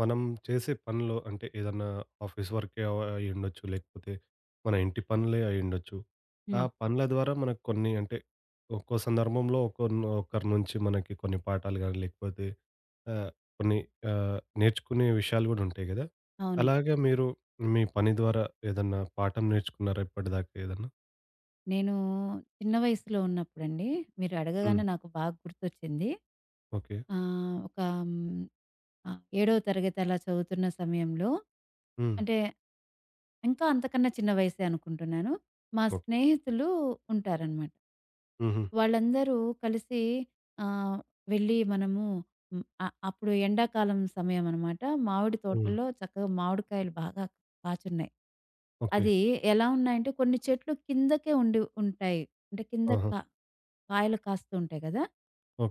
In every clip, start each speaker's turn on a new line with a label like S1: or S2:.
S1: మనం చేసే పనిలో అంటే ఏదన్నా ఆఫీస్ వర్కే అయ్యుండొచ్చు. లేకపోతే మన ఇంటి పనులే అయ్యుండొచ్చు. ఆ
S2: హ్మ్.
S1: పనుల ద్వారా మనకు కొన్ని అంటే ఒక్కో సందర్భంలో ఒకరి నుంచి మనకి కొన్ని పాఠాలు గాని లేకపోతే ఆహ్, కొన్ని నేర్చుకునే విషయాలు గూడా ఉంటాయి గదా!
S2: అవును.
S1: అలాగా మీరు మీ పని ద్వారా ఏదన్నా పాఠం నేర్చుకున్నారా ఇప్పటిదాకా ఏదన్నా?
S2: నేను చిన్న వయసులో ఉన్నప్పుడండి, మీరు
S1: హ్మ్.
S2: అడగగానే నాకు బాగా గుర్తొచ్చింది.
S1: ఓకే.
S2: ఆహ్, ఒక హ్మ్, ఆహ్, 7వ తరగతి అలా చదువుతున్న సమయంలో
S1: హ్మ్.
S2: అంటే ఇంకా అంతకన్నా చిన్న వయసే అనుకుంటున్నాను. మా
S1: ఓకే.
S2: స్నేహితులు ఉంటారనమాట.
S1: హుహు.
S2: వాళ్ళందరూ కలిసి ఆహ్, వెళ్ళి మనము హ్మ్. అ అప్పుడు ఎండాకాలం సమయం అనమాట. మామిడి
S1: హ్మ్.
S2: తోటల్లో చక్కగా మామిడికాయలు బాగా కాచున్నాయి.
S1: ఓకే.
S2: అది ఎలా ఉన్నాయంటే కొన్ని చెట్లు కిందకే ఉండి ఉంటాయి. అంటే కింద
S1: ఆహా!
S2: కా కాయలు కాస్తూ ఉంటాయి కదా!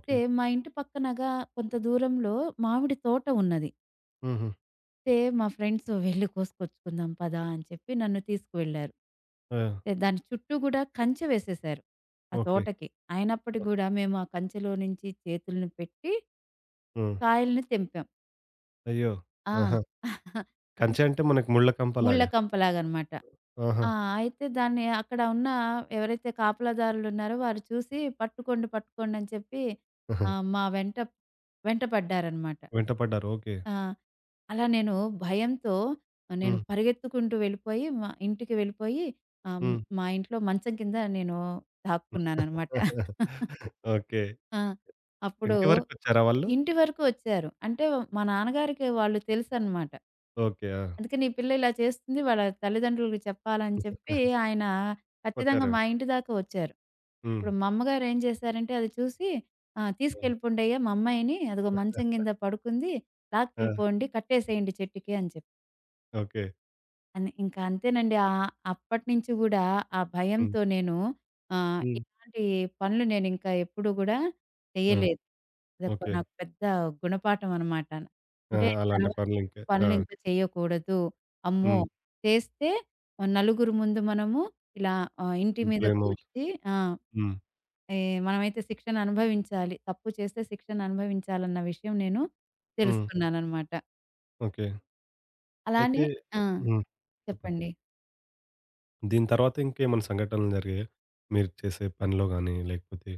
S2: అయితే మా ఇంటి పక్కనగా కొంత దూరంలో మామిడి తోట ఉన్నది.
S1: హుహు.
S2: అయితే మా ఫ్రెండ్స్ "వెళ్లి కోసుకొచ్చుకుందాం పదా" అని చెప్పి నన్ను తీసుకువెళ్లారు.
S1: ఆ!
S2: అయితే దాని చుట్టూ గూడా కంచె వేసేశారు ఆ
S1: ఓకే.
S2: తోటకి. అయినప్పటికి
S1: ఆ!
S2: గూడా మేము ఆ కంచెలో నుంచి చేతులను పెట్టి
S1: హ్మ్.
S2: కాయల్ని తెంపాం.
S1: అయ్యో!
S2: ఆ!
S1: ఆహా! కంచె అంటే మనకి ముళ్ళ
S2: ముళ్ళ
S1: కంపలాగా.
S2: కంపలాగనమాట.
S1: ఆహా!
S2: ఆ! అయితే దాన్ని అక్కడ ఉన్న ఎవరైతే కాపలాదారులున్నారో వారు చూసి "పట్టుకోండి, పట్టుకోండి" అని చెప్పి
S1: ఆహా!
S2: మా వెంట వెంట పడ్డారనమాట.
S1: వెంట పడ్డారు. ఓకే.
S2: ఆ! అలా నేను భయంతో నేను
S1: హ్మ్.
S2: పరిగెత్తుకుంటూ వెళ్ళిపోయి మా ఇంటికి వెళ్ళిపోయి ఆహ్,
S1: హ్మ్.
S2: మా ఇంట్లో మంచం కింద నేను దాక్కున్నాననమాట.
S1: ఓకే.
S2: ఆ! అప్పుడు
S1: ఇంటి వరకొచ్చారా వాళ్ళు?
S2: ఇంటి వరకు వచ్చారు. అంటే మా నాన్నగారికి వాళ్ళు తెలుసనమాట.
S1: ఓకే. ఆ!
S2: అందుకని ఈ పిల్ల ఇలా చేస్తుంది వాళ్ళ తల్లిదండ్రులకి చెప్పాలని చెప్పి ఆయన ఖచ్చితంగా
S1: వచ్చారేమో.
S2: మా ఇంటి దాకా వచ్చారు.
S1: హ్మ్.
S2: ఇప్పుడు మా అమ్మగారు ఏం చేశారంటే అది చూసి
S1: హ్మ్.
S2: "తీసుకెళ్ళిపోండయ్యా మా అమ్మాయిని అదిగో మంచం కింద పడుకుంది.
S1: ఆ!
S2: లాక్కెళ్ళిపోండి కట్టేసేయండి చెట్టుకి" అని చెప్పారు.
S1: ఓకే.
S2: ఇంకా అంతేనండి. అప్పటినుంచి గూడా ఆ
S1: హ్మ్.
S2: భయంతో నేను
S1: హ్మ్.
S2: ఇలాంటి పనులు నేనింకా ఎప్పుడూ గూడా
S1: ఆ!
S2: చేయలేదు. అదొక
S1: ఓకే.
S2: నాకు పెద్ద గుణపాఠం అనమాట.
S1: ఆ!
S2: అంటే
S1: అలాంటి
S2: తర్వాత
S1: పనులింక. ఆ!
S2: పనులు ఇంకా చేయకూడదు. అమ్మో!
S1: హ్మ్.
S2: చేస్తే నలుగురు ముందు మనము ఇలా ఇంటి మీదకు
S1: బ్లేమోల్.
S2: ఒచ్చి ఆ!
S1: హ్మ్.
S2: ఏ మనమైతే శిక్షను అనుభవించాలి. తప్పు చేస్తే శిక్షను అనుభవించాలన్న విషయం నేను
S1: హ్మ్.
S2: తెలుసుకున్నాననమాట.
S1: ఓకే.
S2: అలానే
S1: అయితే
S2: ఆ!
S1: హ్మ్. చెప్పండి.
S2: చెప్పండి.
S1: దీని తర్వాత ఇంకేమైనా సంఘటనలు జరిగాయా? మీరు చేసే పనిలో గాని, లేకపోతే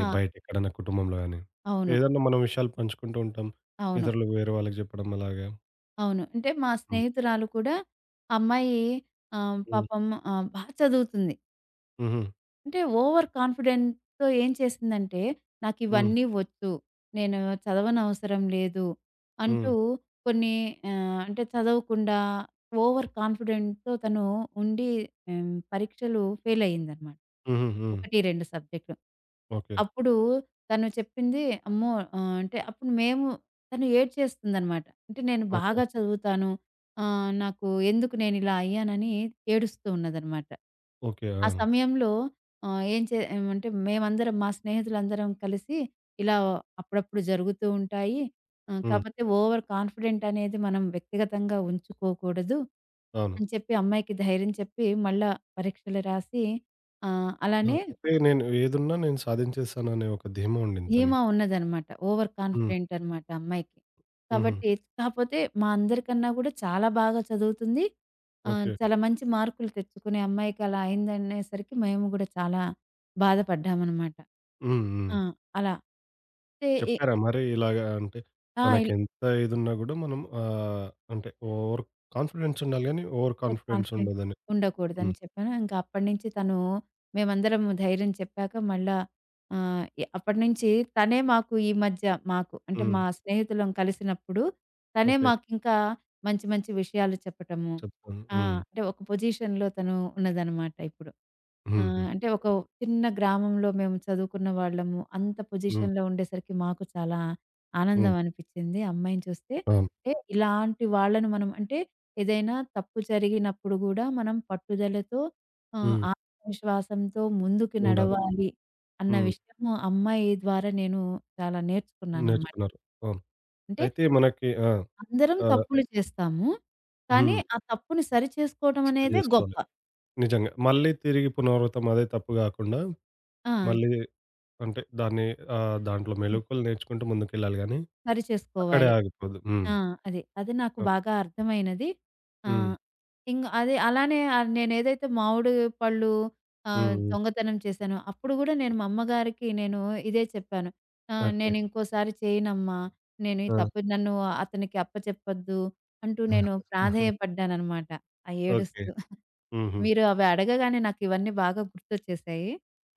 S1: ఏ బయట ఎక్కడన్నా కుటుంబంలో గాని?
S2: అవును.
S1: ఏదన్నా మనం విషయాలు పంచుకుంటూ ఉంటాం.
S2: అవును.
S1: ఇతరులకు వేరే వాళ్ళకి చెప్పడం అలాగా.
S2: అవును. అంటే మా
S1: హ్మ్.
S2: స్నేహితురాలు కూడా అమ్మాయి
S1: హ్మ్.
S2: పాపం బా చదువుతుంది.
S1: హుహు.
S2: అంటే ఓవర్ కాన్ఫిడెంట్‌తో ఏం చేసిందంటే,
S1: హ్మ్.
S2: నాకివన్నీ ఒచ్చు. నేను చదవనవసరం లేదు
S1: హ్మ్.
S2: అంటూ కొన్ని అంటే చదవకుండా ఓవర్ కాన్ఫిడెంట్‌తో తను ఉండి పరీక్షలు ఫెయిల్ అయిందనమాట.
S1: హుహు. హ్మ్.
S2: 1, 2 సబ్జెక్ట్‌లు.
S1: ఓకే.
S2: అప్పుడు తను చెప్పింది, అమ్మో! అంటే అప్పుడు మేము తను ఏడ్చేస్తుందనమాట. అంటే నేను
S1: ఓకే.
S2: బాగా చదువుతాను. నాకు ఎందుకు నేనిలా అయ్యానని ఏడుస్తూ ఉన్నదనమాట.
S1: ఓకే.
S2: ఆ
S1: ఆ!
S2: సమయంలో ఆహ్, ఏం చే ఏమంటే మేమందరం మా స్నేహితులందరం కలిసి ఇలా అప్పుడప్పుడు జరుగుతూ ఉంటాయి.
S1: హ్మ్.
S2: కాపోతే ఓవర్ కాన్ఫిడెంట్ అనేది మనం వ్యక్తిగతంగా ఉంచుకోకూడదు
S1: అవును.
S2: అని చెప్పి అమ్మాయికి ధైర్యం చెప్పి మళ్ళా పరీక్షలు రాసి
S1: ఆ!
S2: అలానే
S1: అంటే నేను ఏదున్నా నేను సాధించేసాననే ఒక ధీమా ఉండిందా
S2: ధీమా
S1: నీకు?
S2: ఉన్నదనమాట. ఓవర్
S1: హ్మ్.
S2: కాన్ఫిడెంట్ అనమాట అమ్మాయికి.
S1: హుహు.
S2: కాబట్టి కాపోతే మా అందరికన్నా గూడా చాలా బాగా చదువుతుంది.
S1: ఓకే.
S2: చాలా మంచి మార్కులు తెచ్చుకునే అమ్మాయికి అలా అయిందనేసరికి మేము గూడా చాలా బాధపడ్డామనమాట.
S1: హ్మ్. హ్మ్.
S2: ఆ! అలా. అయితే ఎ
S1: చెప్పారా మరి ఇలాగా అంటే
S2: ఆ!
S1: మనకెంత ఇదున్నా గూడా మనం అంటే ఓవర్ కాన్ఫిడెన్స్ ఉండాలి గానీ, ఓవర్
S2: ఓవర్
S1: కాన్ఫిడెన్స్
S2: కాన్ఫిడెంట్
S1: ఉండొద్దని.
S2: ఉండకూడదని
S1: హ్మ్.
S2: చెప్పాను. ఇంకా అప్పటినుంచి తను మేమందరం ధైర్యం చెప్పాక మళ్ళా ఆహ్, ఎ అప్పటినుంచి తనే మాకు ఈ మధ్య మాకు అంటే
S1: హ్మ్.
S2: మా స్నేహితులం కలిసినప్పుడు తనే
S1: ఓకే.
S2: మాకింకా మంచి మంచి విషయాలు చెప్పటము.
S1: చెప్తాను.
S2: ఆ!
S1: హ్మ్.
S2: అంటే ఒక పొజిషన్‌లో తను ఉన్నదనమాట ఇప్పుడు. ఆ!
S1: హుహు.
S2: అంటే ఒక చిన్న గ్రామంలో మేము చదువుకున్న వాళ్ళము. అంత
S1: హ్మ్.
S2: పొజిషన్‌లో ఉండేసరికి మాకు చాలా
S1: హ్మ్.
S2: ఆనందం అనిపిచ్చింది అమ్మాయిని చూస్తే.
S1: అవును.
S2: అంటే ఇలాంటి వాళ్ళను మనం అంటే ఏదైనా తప్పు జరిగినప్పుడు గూడా మనం పట్టుదలతో
S1: హ్మ్.
S2: ఆత్మవిశ్వాసంతో ముందుకు
S1: ఉండాలి.
S2: నడవాలి అన్న
S1: హ్మ్.
S2: విషయము అమ్మాయి ద్వారా నేను చాలా నేర్చుకున్నాననమాట.
S1: నేర్చుకున్నారు. అవును.
S2: అంటే
S1: అయితే మనకి ఆ!
S2: అందరం
S1: ఆహ్,
S2: తప్పులు చేస్తాము. కానీ
S1: హ్మ్.
S2: ఆ తప్పుని సరిచేసుకోవడం
S1: సరి
S2: అనేదే గొప్ప.
S1: జేసుకోవాలి. నిజంగా. మళ్ళీ తిరిగి పునరావృతం అదే తప్పు గాకుండా
S2: ఆ!
S1: మళ్ళీ అంటే దాన్ని దాంట్లో మెళకువలు నేర్చుకుంటూ ముందుకెళ్ళాలి గానీ, అక్కడే
S2: సరిచేసుకోవాలి.
S1: ఆగిపోద్దు. హ్మ్.
S2: ఆ! అది. అది నాకు
S1: అవును.
S2: బాగా అర్థమైనది.
S1: హ్మ్.
S2: ఆహ్, ఇంగ అది అలానే నేనేదైతే మామిడి పళ్ళు
S1: హ్మ్. హ్మ్.
S2: దొంగతనం చేశానో, అప్పుడు గూడా నేను మా అమ్మగారికి నేను ఇదే చెప్పాను.
S1: ఓకే.
S2: "నేనింకోసారి చేయనమ్మా. నేను ఈ తప్పు
S1: ఆ!
S2: నన్ను అతనికి అప్పచెప్పొద్దు" అంటూ నేను ప్రాధేయపడ్డాననమాట. ఆ
S1: ఓకే.
S2: ఏడుస్తూ.
S1: హుహు.
S2: మీరు అవి అడగగానే నాకివన్నీ బాగా గుర్తొచ్చేశాయి.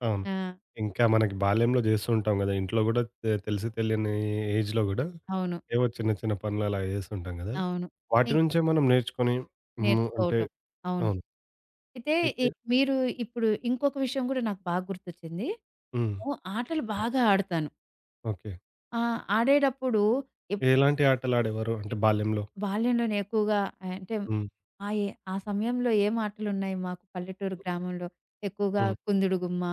S1: అవును.
S2: ఆ!
S1: ఇంకా మనకి బాల్యంలో జేస్తూ ఉంటాం గదా! ఇంట్లో గూడా తెలిసి తెలియని ఏజ్‌లో గూడా
S2: అవును.
S1: ఏవో చిన్న చిన్న పనులు అలా జేస్తుంటాం గదా!
S2: అవును.
S1: వాటి
S2: ఇం
S1: నుంచే మనం నేర్చుకొని హ్మ్. అంటే
S2: నేర్చుకోవటం. అవును.
S1: అవును.
S2: అయితే ఈ
S1: అయితే
S2: మీరు ఇప్పుడు ఇంకొక విషయం కూడా నాకు బాగా గుర్తొచ్చింది.
S1: హ్మ్.
S2: నేను ఆటలు బాగా ఆడతాను.
S1: ఓకే.
S2: ఆడేటప్పుడు ఎప్పుడంటే
S1: ఎలాంటి ఆటలాడేవారు అంటే బాల్యంలో?
S2: బాల్యంలోనే ఎక్కువగా అంటే
S1: హ్మ్.
S2: ఆ ఏ ఆ సమయంలో ఏం ఆటలున్నాయి మాకు పల్లెటూరు గ్రామంలో ఎక్కువగా
S1: హ్మ్.
S2: కుందుడు గుమ్మ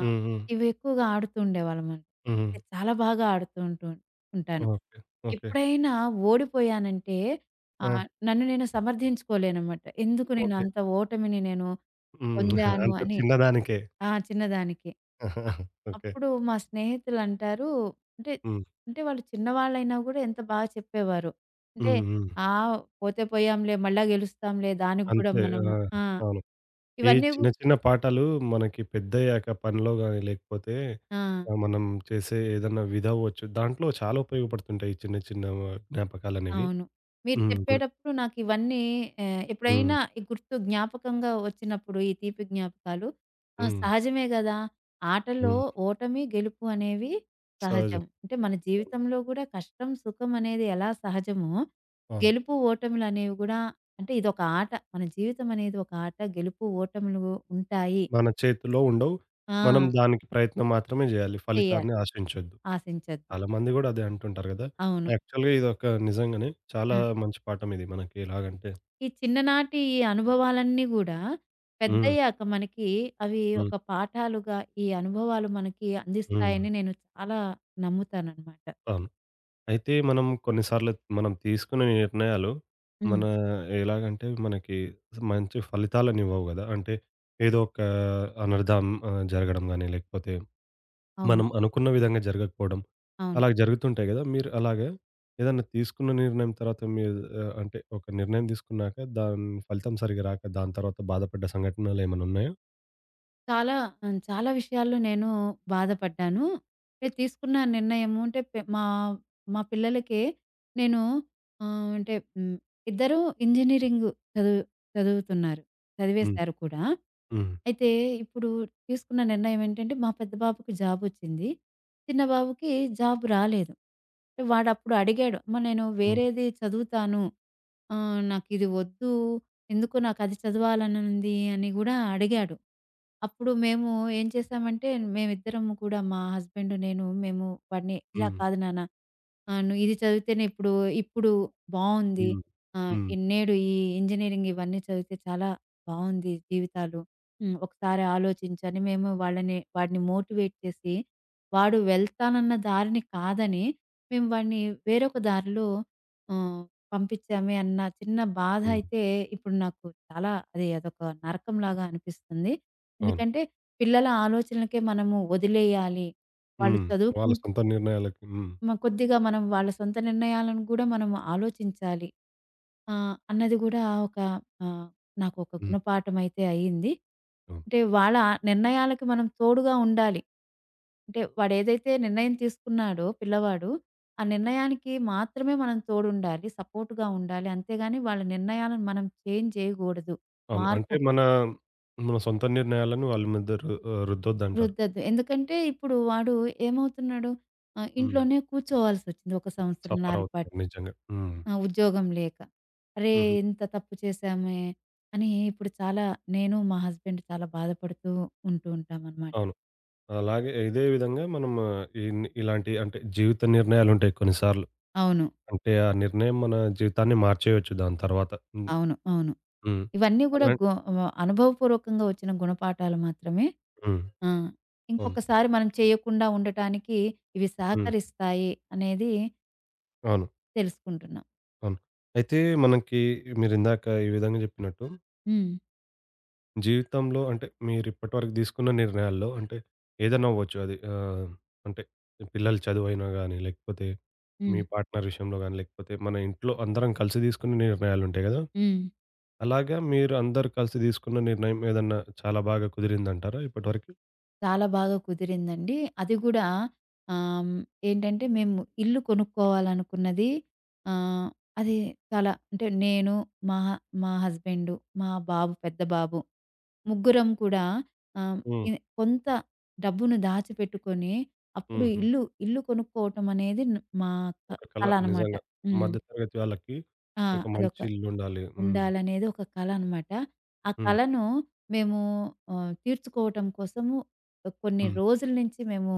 S2: ఆహ్,
S1: హ్మ్. హ్మ్.
S2: ఇవి ఎక్కువగా ఆడుతూ ఉండేవాళ్ళమండి.
S1: హ్మ్.
S2: అయితే చాలా బాగా ఆడుతూ ఉంటూ ఉంటాను.
S1: ఓకే. ఓకే.
S2: ఎప్పుడైనా ఓడిపోయానంటే
S1: ఆ!
S2: నన్ను నేను సమర్థించుకోలేనన్నమాట. ఎందుకు నేను
S1: ఓకే.
S2: అంత ఓటమిని నేను
S1: హ్మ్.
S2: పొందాను
S1: అంత
S2: అని.
S1: చిన్నదానికే.
S2: ఆ! చిన్నదానికి. అ
S1: ఓకే.
S2: అప్పుడు మా స్నేహితులంటారు అంటే,
S1: హ్మ్.
S2: అంటే వాళ్ళు చిన్నవాళ్ళైనా గూడా ఎంత బాగా చెప్పేవారు. అంటే,
S1: హ్మ్. హ్మ్.
S2: "ఆ! పోతే పోయాంలే, మళ్ళా గెలుస్తాంలే దానికి గూడా
S1: అంతే. ఆ!
S2: మనము". ఆ!
S1: అవును. ఈ
S2: ఇవన్నీ గు
S1: చిన్న చిన్న పాఠాలు మనకి పెద్దయ్యాక పనిలో గాని, లేకపోతే
S2: ఆ!
S1: మనం చేసే ఏదన్నా విధి అవ్వచ్చు. దాంట్లో చాలా ఉపయోగపడుతుంటాయి. ఈ చిన్న చిన్న జ్ఞాపకాలనేవి.
S2: అవును. మీరు
S1: హ్మ్. గుర్తు
S2: చెప్పేటప్పుడు నాకివన్నీ
S1: హ్మ్.
S2: ఎప్పుడైనా ఈ గుర్తు జ్ఞాపకంగా వచ్చినప్పుడు ఈ తీపి జ్ఞాపకాలు ఆ!
S1: హ్మ్.
S2: సహజమే గదా! ఆటలో
S1: హ్మ్.
S2: ఓటమి, గెలుపు అనేవి సహజం.
S1: సహజం.
S2: అంటే మన
S1: అవును.
S2: జీవితంలో గూడా కష్టం, సుఖం అనేది ఎలా సహజమో
S1: అవును.
S2: గెలుపు ఓటములనేవి గూడా అంటే ఇదొక ఆట. మన జీవితం అనేది ఒక ఆట. గెలుపు ఓటములు ఉంటాయి.
S1: మన చేతిలో ఉండవు.
S2: ఆ!
S1: మనం దానికి ప్రయత్నం మాత్రమే జేయాలి.
S2: చెయ్యాలి.
S1: ఫలితాన్ని ఆశించొద్దు.
S2: ఆశించొద్దు.
S1: చాలా మంది గూడా అదే అంటుంటారు గదా!
S2: అవును.
S1: యాక్చువల్‌గా ఇదొక నిజంగానే
S2: ఆ!
S1: చాలా మంచి పాఠం ఇది మనకి ఎలాగంటే
S2: ఈ చిన్ననాటి ఈ అనుభవాలన్నీ గూడా
S1: హ్మ్.
S2: పెద్దయ్యాక మనకి అవి
S1: హ్మ్.
S2: ఒక పాఠాలుగా ఈ అనుభవాలు మనకి
S1: హ్మ్.
S2: అందిస్తాయని నేను చాలా నమ్ముతాననమాట.
S1: అవును. అయితే మనం కొన్నిసార్లు మనం తీసుకునే నిర్ణయాలు
S2: హ్మ్.
S1: మన ఎలాగంటే మనకి మంచి ఫలితాలను ఇవ్వవు కదా. అంటే ఏదో ఒక అనర్థం జరగడం గానీ, లేకపోతే
S2: అవును.
S1: మనం అనుకున్న విధంగా జరగకపోవడం
S2: అవును.
S1: అలా జరుగుతుంటాయి గదా! మీరు అలాగే ఏదన్నా తీసుకున్న నిర్ణయం తర్వాత మీరు అంటే ఒక నిర్ణయం తీసుకున్నాక దాని ఫలితం సరిగ్గా రాక దాని తర్వాత బాధపడ్డ సంఘటనలేమన్నా ఉన్నాయా?
S2: చాలా చాలా విషయాల్లో నేను బాధపడ్డాను. నేను తీసుకున్న నిర్ణయము అంటే మా మా పిల్లలకి నేను ఆహ్, అంటే హ్మ్, ఇద్దరూ ఇంజినీరింగ్ చదువు చదువుతున్నారు.
S1: హ్మ్.
S2: చదివేశారు కూడా.
S1: హ్మ్.
S2: అయితే ఇప్పుడు తీసుకున్న నిర్ణయం ఏంటంటే మా పెద్ద బాబుకి జాబొచ్చింది. చిన్న బాబుకి జాబ్ రాలేదు. వాడప్పుడు అడిగాడు. అమ్మ నేను
S1: హ్మ్.
S2: వేరేది చదువుతాను. నాకిది వద్దు. ఎందుకో నాకది చదవాలనుంది అని గూడా అడిగాడు. అప్పుడు మేము ఏం చేసామంటే మేమిద్దరము కూడా మా హస్బెండ్, నేను మేము వాడిని "ఇలా
S1: హ్మ్.
S2: కాదు నాన్న, అవును. ఇది చదివితేనే ఇప్పుడు, ఇప్పుడు బావుంది.
S1: హ్మ్. హ్మ్.
S2: ఇన్నేడు ఈ ఇంజినీరింగ్ ఇవన్నీ చదివితే చాలా బావుంది జీవితాలు. హ్మ్. ఒకసారి ఆలోచించని మేము వాళ్ళని వాడిని మోటివేట్ చేసి, వాడు వెళ్తానన్న దారిని కాదని, మేము వాడిని వేరొక దారిలో ఆహ్, పంపించామే అన్న చిన్న బాధ
S1: హ్మ్.
S2: అయితే ఇప్పుడు నాకు చాలా అది అదొక నరకంలాగా అనిపిస్తుంది.
S1: అవును.
S2: ఎందుకంటే పిల్లల ఆలోచనలకే మనము వదిలేయాలి. వాళ్ళు
S1: హ్మ్.
S2: చదువుకుం
S1: వాళ్ళ సొంత నిర్ణయాలకి. హ్మ్.
S2: మ కొద్దిగా మనం వాళ్ళ సొంత నిర్ణయాలను గూడా మనం ఆలోచించాలి. అన్నది గూడా ఒక ఆహ్, నాకొక
S1: హ్మ్.
S2: గుణపాఠమైతే అయింది.
S1: అవును.
S2: అంటే వాళ్ళ నిర్ణయాలకి మనం తోడుగా ఉండాలి. అంటే వాడేదైతే నిర్ణయం తీసుకున్నాడో పిల్లవాడు, ఆ నిర్ణయానికి మాత్రమే మనం తోడుండాలి. సపోర్ట్‌గా ఉండాలి. అంతేగాని వాళ్ళ నిర్ణయాలను మనం చేంజ్ చేయగూడదు.
S1: అవును. అంటే
S2: మార్పు
S1: మన, సొంత నిర్ణయాలను వాళ్ళ మీద రుద్దొద్దంటారు.
S2: రుద్దద్దు. ఎందుకంటే ఇప్పుడు వాడు ఏమవుతున్నాడు
S1: హ్మ్.
S2: ఇంట్లోనే కూర్చోవాల్సొచ్చింది ఒక
S1: సఫర్
S2: సంవత్సరంన్నర పాటు.
S1: అవుతున్నారు నిజంగా. హ్మ్.
S2: ఆ! ఉద్యోగం లేక. అరే!
S1: హుహు.
S2: ఇంత తప్పు చేశామే అని ఇప్పుడు చాలా నేను, మా హస్బెండ్ చాలా బాధపడుతూ ఉంటూ ఉంటామనమాట.
S1: అవును. అలాగే ఇదే విధంగా మనం ఇలాంటి అంటే జీవిత నిర్ణయాలుంటాయి కొన్నిసార్లు.
S2: అవును.
S1: అంటే ఆ నిర్ణయం మన జీవితాన్ని మార్చేయొచ్చు దాని తర్వాత. హ్మ్.
S2: అవును. అవును.
S1: హ్మ్.
S2: ఇవన్నీ గూడా
S1: అలాం
S2: గు ఆహ్, అనుభవపూర్వకంగా వచ్చిన గుణపాఠాలు మాత్రమే.
S1: హ్మ్.
S2: ఆ!
S1: అవును.
S2: ఇంకొకసారి మనం చేయకుండా ఉండటానికి ఇవి
S1: హ్మ్.
S2: సహకరిస్తాయి అనేది
S1: అవును.
S2: తెలుసుకుంటున్నాం.
S1: అవును. అయితే మనకి మీరిందాక ఈ విధంగా జెప్పినట్టు
S2: హ్మ్.
S1: జీవితంలో అంటే మీరిప్పటివరకు తీసుకున్న నిర్ణయాల్లో అంటే ఏదైనా అవ్వచ్చు అది అంటే పిల్లల చదువైనా గానీ, లేకపోతే మీ
S2: హ్మ్.
S1: పార్ట్నర్ విషయంలో గానీ, లేకపోతే మన ఇంట్లో అందరం కలిసి తీసుకునే నిర్ణయాలుంటాయి గదా!
S2: హ్మ్.
S1: అలాగా మీరు అందరూ కలిసి తీసుకున్న నిర్ణయం ఏదన్నా చాలా బాగా కుదిరిందంటారా ఇప్పటివరకు?
S2: చాలా బాగా కుదిరిందండి. అది గూడా ఆహ్, హ్మ్, ఏంటంటే మేము ఇల్లు కొనుక్కోవాలనుకున్నది ఆహ్, అది చాలా అంటే నేను, మా మా హస్బెండు, మా బాబు పెద్ద బాబు ముగ్గురం కూడా ఆహ్,
S1: హ్మ్.
S2: ఇ కొంత డబ్బును దాచిపెట్టుకొని అప్పుడు
S1: హుహు.
S2: ఇల్లు కొనుక్కోవటం అనేది న్ మా క
S1: ఒక కల
S2: కల అనమాట.
S1: నిజంగా.
S2: హ్మ్.
S1: మధ్య తరగతి వాళ్ళకి
S2: ఆ!
S1: ఒక
S2: అదొక
S1: మంచి ఇల్లుండాలి. హ్మ్.
S2: ఉండాలనేది ఒక కల అనమాట. ఆ
S1: హ్మ్.
S2: కలను మేము తీర్చుకోవటం కోసము కొన్ని
S1: హ్మ్.
S2: రోజుల నుంచి మేము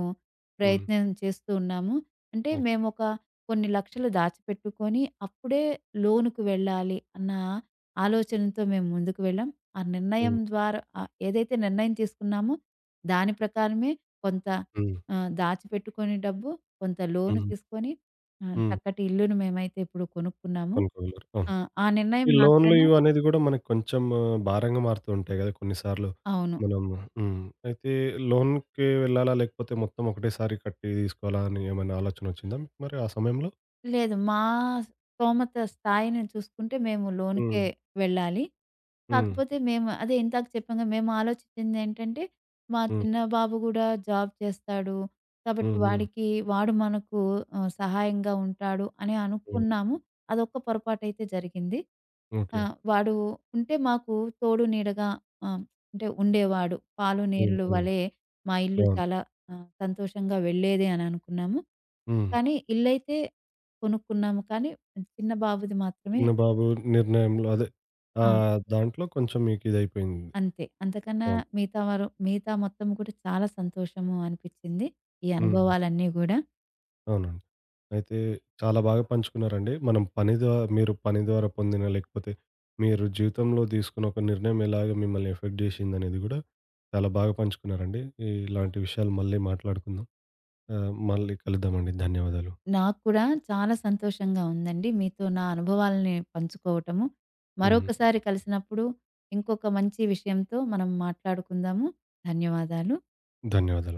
S1: హ్మ్.
S2: ప్రయత్నం చేస్తూ ఉన్నాము. అంటే
S1: ఓకే.
S2: మేమొక కొన్ని లక్షలు దాచిపెట్టుకొని అప్పుడే లోన్‌కి వెళ్ళాలి అన్న ఆలోచనతో మేము ముందుకు వెళ్ళాం. ఆ నిర్ణయం
S1: హ్మ్.
S2: ద్వారా ఏదైతే నిర్ణయం తీసుకున్నామో దాని ప్రకారమే కొంత
S1: హ్మ్.
S2: దాచిపెట్టుకొని డబ్బు, కొంత లోన్
S1: హ్మ్.
S2: తీసుకొని
S1: హ్మ్.
S2: చక్కటి ఇల్లును మేమైతే ఇప్పుడు కొనుక్కున్నాము.
S1: కొనుక్కోగలరు. అవును.
S2: ఆ! ఆ నిర్ణయం
S1: ఈ లోన్‌లు
S2: మాత్రాన
S1: ఇవి అనేది గూడా మనకు కొంచెం భారంగా మారుతూ ఉంటాయి గదా! కొన్నిసార్లు.
S2: అవును.
S1: మనం హ్మ్. అయితే లోన్‌కి వెళ్ళాలా? లేకపోతే మొత్తం ఒకటేసారి కట్టి తీసుకోవాలా అని ఏమైనా ఆలోచన వచ్చిందా మీకు మరి ఆ సమయంలో?
S2: లేదు. స్తోమత స్థాయిని చూసుకుంటే మేము లోన్‌కే
S1: హ్మ్.
S2: వెళ్ళాలి.
S1: హ్మ్.
S2: కాకపోతే మేము అదే ఇందాక చెప్పాంగా మేము ఆలోచించిందేంటంటే, మా
S1: హ్మ్.
S2: చిన్న బాబు గూడా జాబ్ చేస్తాడు. కాబట్టి
S1: హ్మ్. హ్మ్.
S2: వాడికి వాడు మనకు సహాయంగా ఉంటాడు అని
S1: హ్మ్.
S2: అనుకున్నాము. అదొక్క పొరపాటైతే జరిగింది. ఆ!
S1: ఓకే.
S2: వాడు ఉంటే మాకు తోడు నీడగా ఆహ్, అంటే ఉండేవాడు. పాలు
S1: హ్మ్.
S2: నీళ్ళు
S1: హ్మ్.
S2: వలె మా ఇల్లు
S1: అవును.
S2: చాలా సంతోషంగా వెళ్ళేది అని అనుకున్నాము.
S1: హ్మ్.
S2: కానీ ఇల్లైతే కొనుక్కున్నాము. కానీ చిన్న బాబుది మాత్రమే
S1: చిన్న బాబు నిర్ణయంలో అదే
S2: ఆ!
S1: దాంట్లో కొంచెం మీకు ఇదయిపోయింది.
S2: అంతే. అంతకన్నా
S1: అవును.
S2: మిగతా వారు మిగతా మొత్తం కూడా చాలా సంతోషము అనిపిచ్చింది. ఈ
S1: హ్మ్.
S2: అనుభవాలన్నీ గూడా.
S1: అవునండి. అయితే చాలా బాగా పంచుకున్నారండి. మనం పని ద్వారా మీరు పని ద్వారా పొందిన లేకపోతే మీరు జీవితంలో తీసుకున్న ఒక నిర్ణయం ఎలాగ మిమ్మల్ని ఎఫెక్ట్ చేసిందనేది గూడా చాలా బాగా పంచుకున్నారండి. ఇలాంటి విషయాలు మళ్ళీ మాట్లాడుకుందాం. మళ్ళీ కలుద్దామండి. ధన్యవాదాలు.
S2: నాకు కూడా చాలా సంతోషంగా ఉందండి. మీతో నా అనుభవాలని పంచుకోవటము.
S1: హ్మ్.
S2: మరొకసారి కలిసినప్పుడు ఇంకొక మంచి విషయంతో మనం మాట్లాడుకుందాము. ధన్యవాదాలు.
S1: ధన్యవాదాలు.